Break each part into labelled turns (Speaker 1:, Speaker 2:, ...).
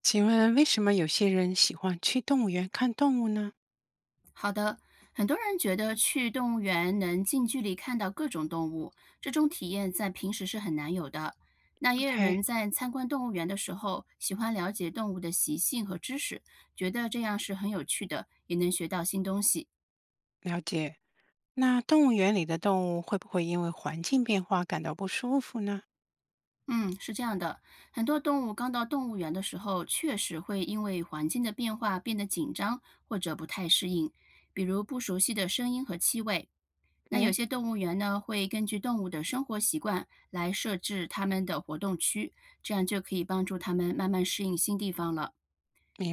Speaker 1: 请问为什么有些人喜欢去动物园看动物呢
Speaker 2: 好的，很多人觉得去动物园能近距离看到各种动物，这种体验在平时是很难有的。那也有人
Speaker 1: ？OK，
Speaker 2: 在参观动物园的时候，喜欢了解动物的习性和知识，觉得这样是很有趣的，也能学到新东西。
Speaker 1: 了解。那动物园里的动物会不会因为环境变化感到不舒服呢
Speaker 2: 嗯，是这样的，很多动物刚到动物园的时候，确实会因为环境的变化变得紧张或者不太适应，比如不熟悉的声音和气味。那有
Speaker 1: ？OK，
Speaker 2: 些动物园呢，会根据动物的生活习惯来设置它们的活动区，这样就可以帮助它们慢慢适应新地方了。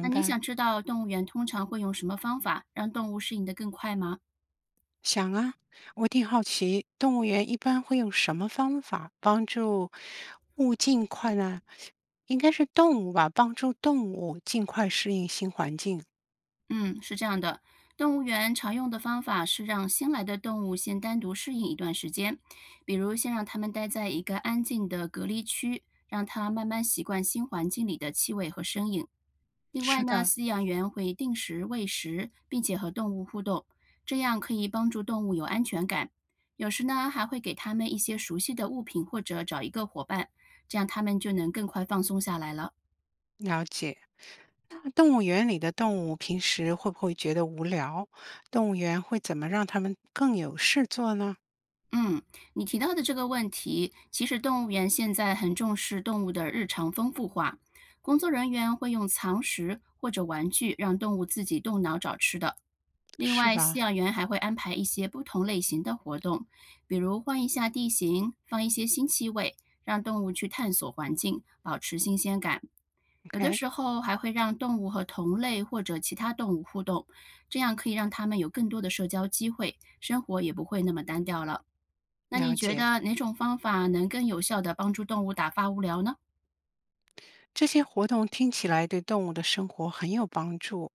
Speaker 2: 那你
Speaker 1: 白。
Speaker 2: 想知道动物园通常会用什么方法让动物适应得更快吗？
Speaker 1: 想啊，我挺好奇，动物园一般会用什么方法帮助物尽快呢？应该是动物吧，帮助动物尽快适应新环境。
Speaker 2: 嗯，是这样的，动物园常用的方法是让新来的动物先单独适应一段时间，比如先让它们待在一个安静的隔离区，让它慢慢习惯新环境里的气味和声音。另外
Speaker 1: 是
Speaker 2: 呢，
Speaker 1: 的，
Speaker 2: 饲养员会定时喂食，并且和动物互动，这样可以帮助动物有安全感。有时呢，还会给它们一些熟悉的物品，或者找一个伙伴，这样它们就能更快放松下来了。
Speaker 1: 了解。动物园里的动物平时会不会觉得无聊？动物园会怎么让它们更有事做呢？
Speaker 2: 嗯，你提到的这个问题，其实动物园现在很重视动物的日常丰富化，工作人员会用藏食或者玩具让动物自己动脑找吃的。另
Speaker 1: 是
Speaker 2: 外，饲
Speaker 1: 吧
Speaker 2: 养员还会安排一些不同类型的活动，比如换一下地形，放一些新气味，让动物去探索环境，保持新鲜感。有的
Speaker 1: ？OK，
Speaker 2: 时候还会让动物和同类或者其他动物互动，这样可以让它们有更多的社交机会，生活也不会那么单调了。那
Speaker 1: 了
Speaker 2: 你觉
Speaker 1: 解。
Speaker 2: 得哪种方法能更有效地帮助动物打发无聊呢？
Speaker 1: 这些活动听起来对动物的生活很有帮助。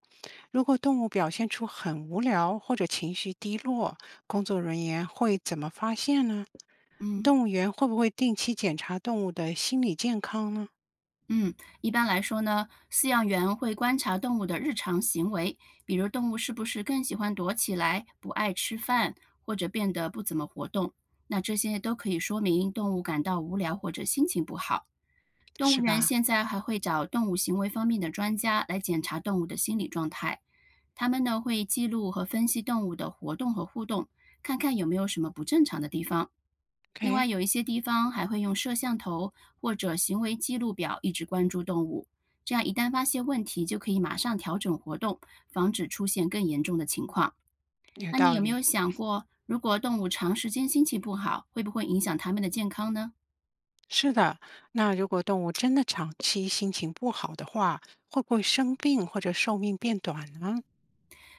Speaker 1: 如果动物表现出很无聊或者情绪低落，工作人员会怎么发现呢？
Speaker 2: 嗯。
Speaker 1: 动物园会不会定期检查动物的心理健康呢？
Speaker 2: 嗯，一般来说呢，饲养员会观察动物的日常行为，比如动物是不是更喜欢躲起来、不爱吃饭，或者变得不怎么活动。那这些都可以说明动物感到无聊或者心情不好。动物
Speaker 1: 是
Speaker 2: 园
Speaker 1: 吧
Speaker 2: 现在还会找动物行为方面的专家来检查动物的心理状态，他们呢会记录和分析动物的活动和互动，看看有没有什么不正常的地方。另外，
Speaker 1: ？OK，
Speaker 2: 有一些地方还会用摄像头或者行为记录表一直关注动物，这样一旦发现问题，就可以马上调整活动，防止出现更严重的情况。
Speaker 1: 有
Speaker 2: 那你
Speaker 1: 道
Speaker 2: 有没
Speaker 1: 理。
Speaker 2: 有想过，如果动物长时间心情不好，会不会影响它们的健康呢？
Speaker 1: 是的，那如果动物真的长期心情不好的话，会不会生病或者寿命变短呢？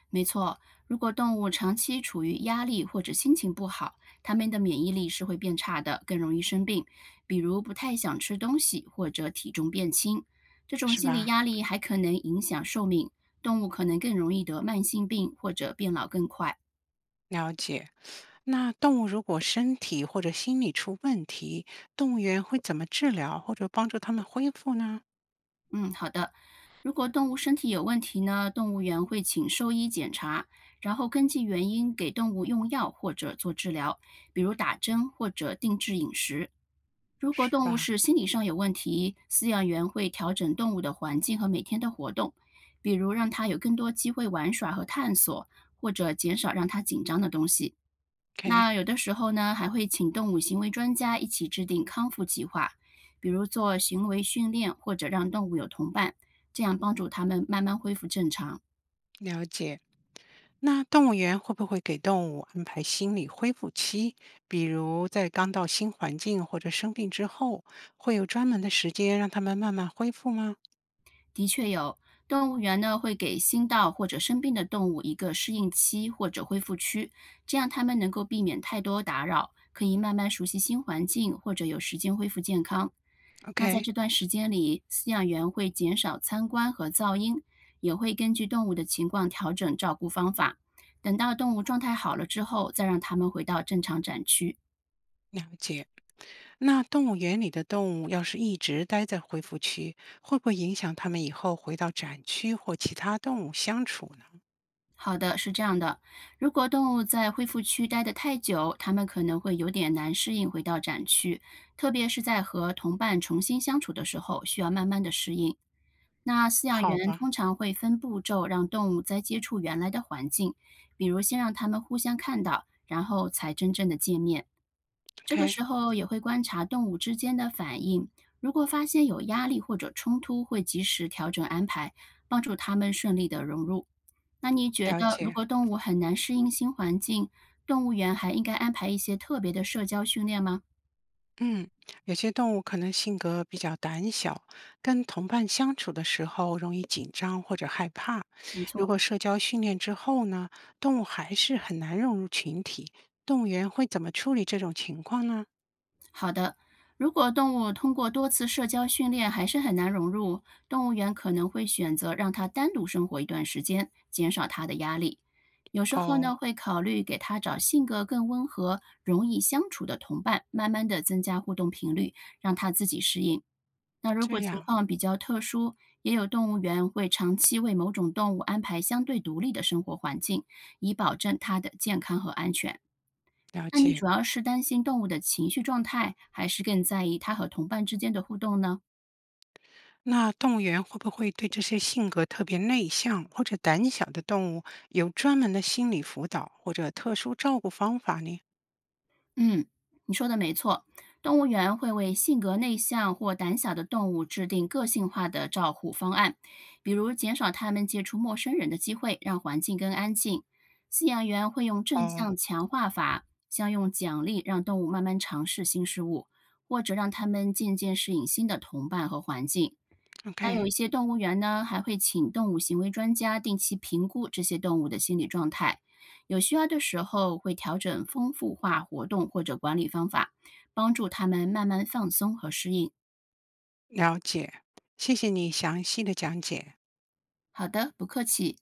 Speaker 2: 没错，如果动物长期处于压力或者心情不好，它们的免疫力是会变差的，更容易生病，比如不太想吃东西或者体重变轻。这种
Speaker 1: 是
Speaker 2: 心理
Speaker 1: 吧？
Speaker 2: 压力还可能影响寿命，动物可能更容易得慢性病或者变老更快。
Speaker 1: 了解。那动物如果身体或者心理出问题，动物园会怎么治疗或者帮助它们恢复呢？
Speaker 2: 嗯，好的。如果动物身体有问题呢，动物园会请兽医检查，然后根据原因给动物用药或者做治疗，比如打针或者定制饮食。如果
Speaker 1: 是
Speaker 2: 动物
Speaker 1: 吧
Speaker 2: 是心理上有问题，饲养员会调整动物的环境和每天的活动，比如让它有更多机会玩耍和探索，或者减少让它紧张的东西。
Speaker 1: ？OK，
Speaker 2: 那有的时候呢，还会请动物行为专家一起制定康复计划，比如做行为训练，或者让动物有同伴，这样帮助它们慢慢恢复正常。
Speaker 1: 了解。那动物园会不会给动物安排心理恢复期？比如在刚到新环境或者生病之后，会有专门的时间让它们慢慢恢复吗
Speaker 2: 的确有，动物园呢会给新到或者生病的动物一个适应期或者恢复区，这样它们能够避免太多打扰，可以慢慢熟悉新环境，或者有时间恢复健康。那在
Speaker 1: ？OK，
Speaker 2: 这段时间里，饲养员会减少参观和噪音，也会根据动物的情况调整照顾方法。等到动物状态好了之后，再让它们回到正常展区。
Speaker 1: 了解。那动物园里的动物要是一直待在恢复区，会不会影响它们以后回到展区或其他动物相处呢？
Speaker 2: 好的，是这样的。如果动物在恢复区待得太久，它们可能会有点难适应回到展区，特别是在和同伴重新相处的时候，需要慢慢的适应。那饲养
Speaker 1: 好
Speaker 2: 员
Speaker 1: 吧
Speaker 2: 通常会分步骤让动物再接触原来的环境，比如先让它们互相看到，然后才真正的见面。这个
Speaker 1: ，OK，
Speaker 2: 时候也会观察动物之间的反应，如果发现有压力或者冲突，会及时调整安排，帮助它们顺利的融入。那你觉
Speaker 1: 了
Speaker 2: 得，如
Speaker 1: 解。
Speaker 2: 果动物很难适应新环境，动物园还应该安排一些特别的社交训练吗？
Speaker 1: 嗯，有些动物可能性格比较胆小，跟同伴相处的时候容易紧张或者害怕。
Speaker 2: 没
Speaker 1: 如
Speaker 2: 错，
Speaker 1: 果社交训练之后呢，动物还是很难融入群体，动物园会怎么处理这种情况呢？
Speaker 2: 好的，如果动物通过多次社交训练还是很难融入，动物园可能会选择让它单独生活一段时间，减少它的压力。有时候
Speaker 1: 哦，
Speaker 2: 呢，会考虑给它找性格更温和、容易相处的同伴，慢慢的增加互动频率，让它自己适应。那如果
Speaker 1: 这
Speaker 2: 情
Speaker 1: 样
Speaker 2: 况比较特殊，也有动物园会长期为某种动物安排相对独立的生活环境，以保证它的健康和安全。
Speaker 1: 了
Speaker 2: 那你
Speaker 1: 解。
Speaker 2: 主要是担心动物的情绪状态，还是更在意它和同伴之间的互动呢？
Speaker 1: 那动物园会不会对这些性格特别内向或者胆小的动物有专门的心理辅导或者特殊照顾方法呢？
Speaker 2: 嗯，你说的没错，动物园会为性格内向或胆小的动物制定个性化的照护方案，比如减少它们接触陌生人的机会，让环境更安静。饲养员会用正
Speaker 1: 哦
Speaker 2: 向强化法，像用奖励让动物慢慢尝试新事物，或者让它们渐渐适应新的同伴和环境。那有
Speaker 1: ，OK，
Speaker 2: 一些动物园呢，还会请动物行为专家定期评估这些动物的心理状态，有需要的时候会调整丰富化活动或者管理方法，帮助它们慢慢放松和适应。
Speaker 1: 了解，谢谢你详细的讲解。
Speaker 2: 好的，不客气。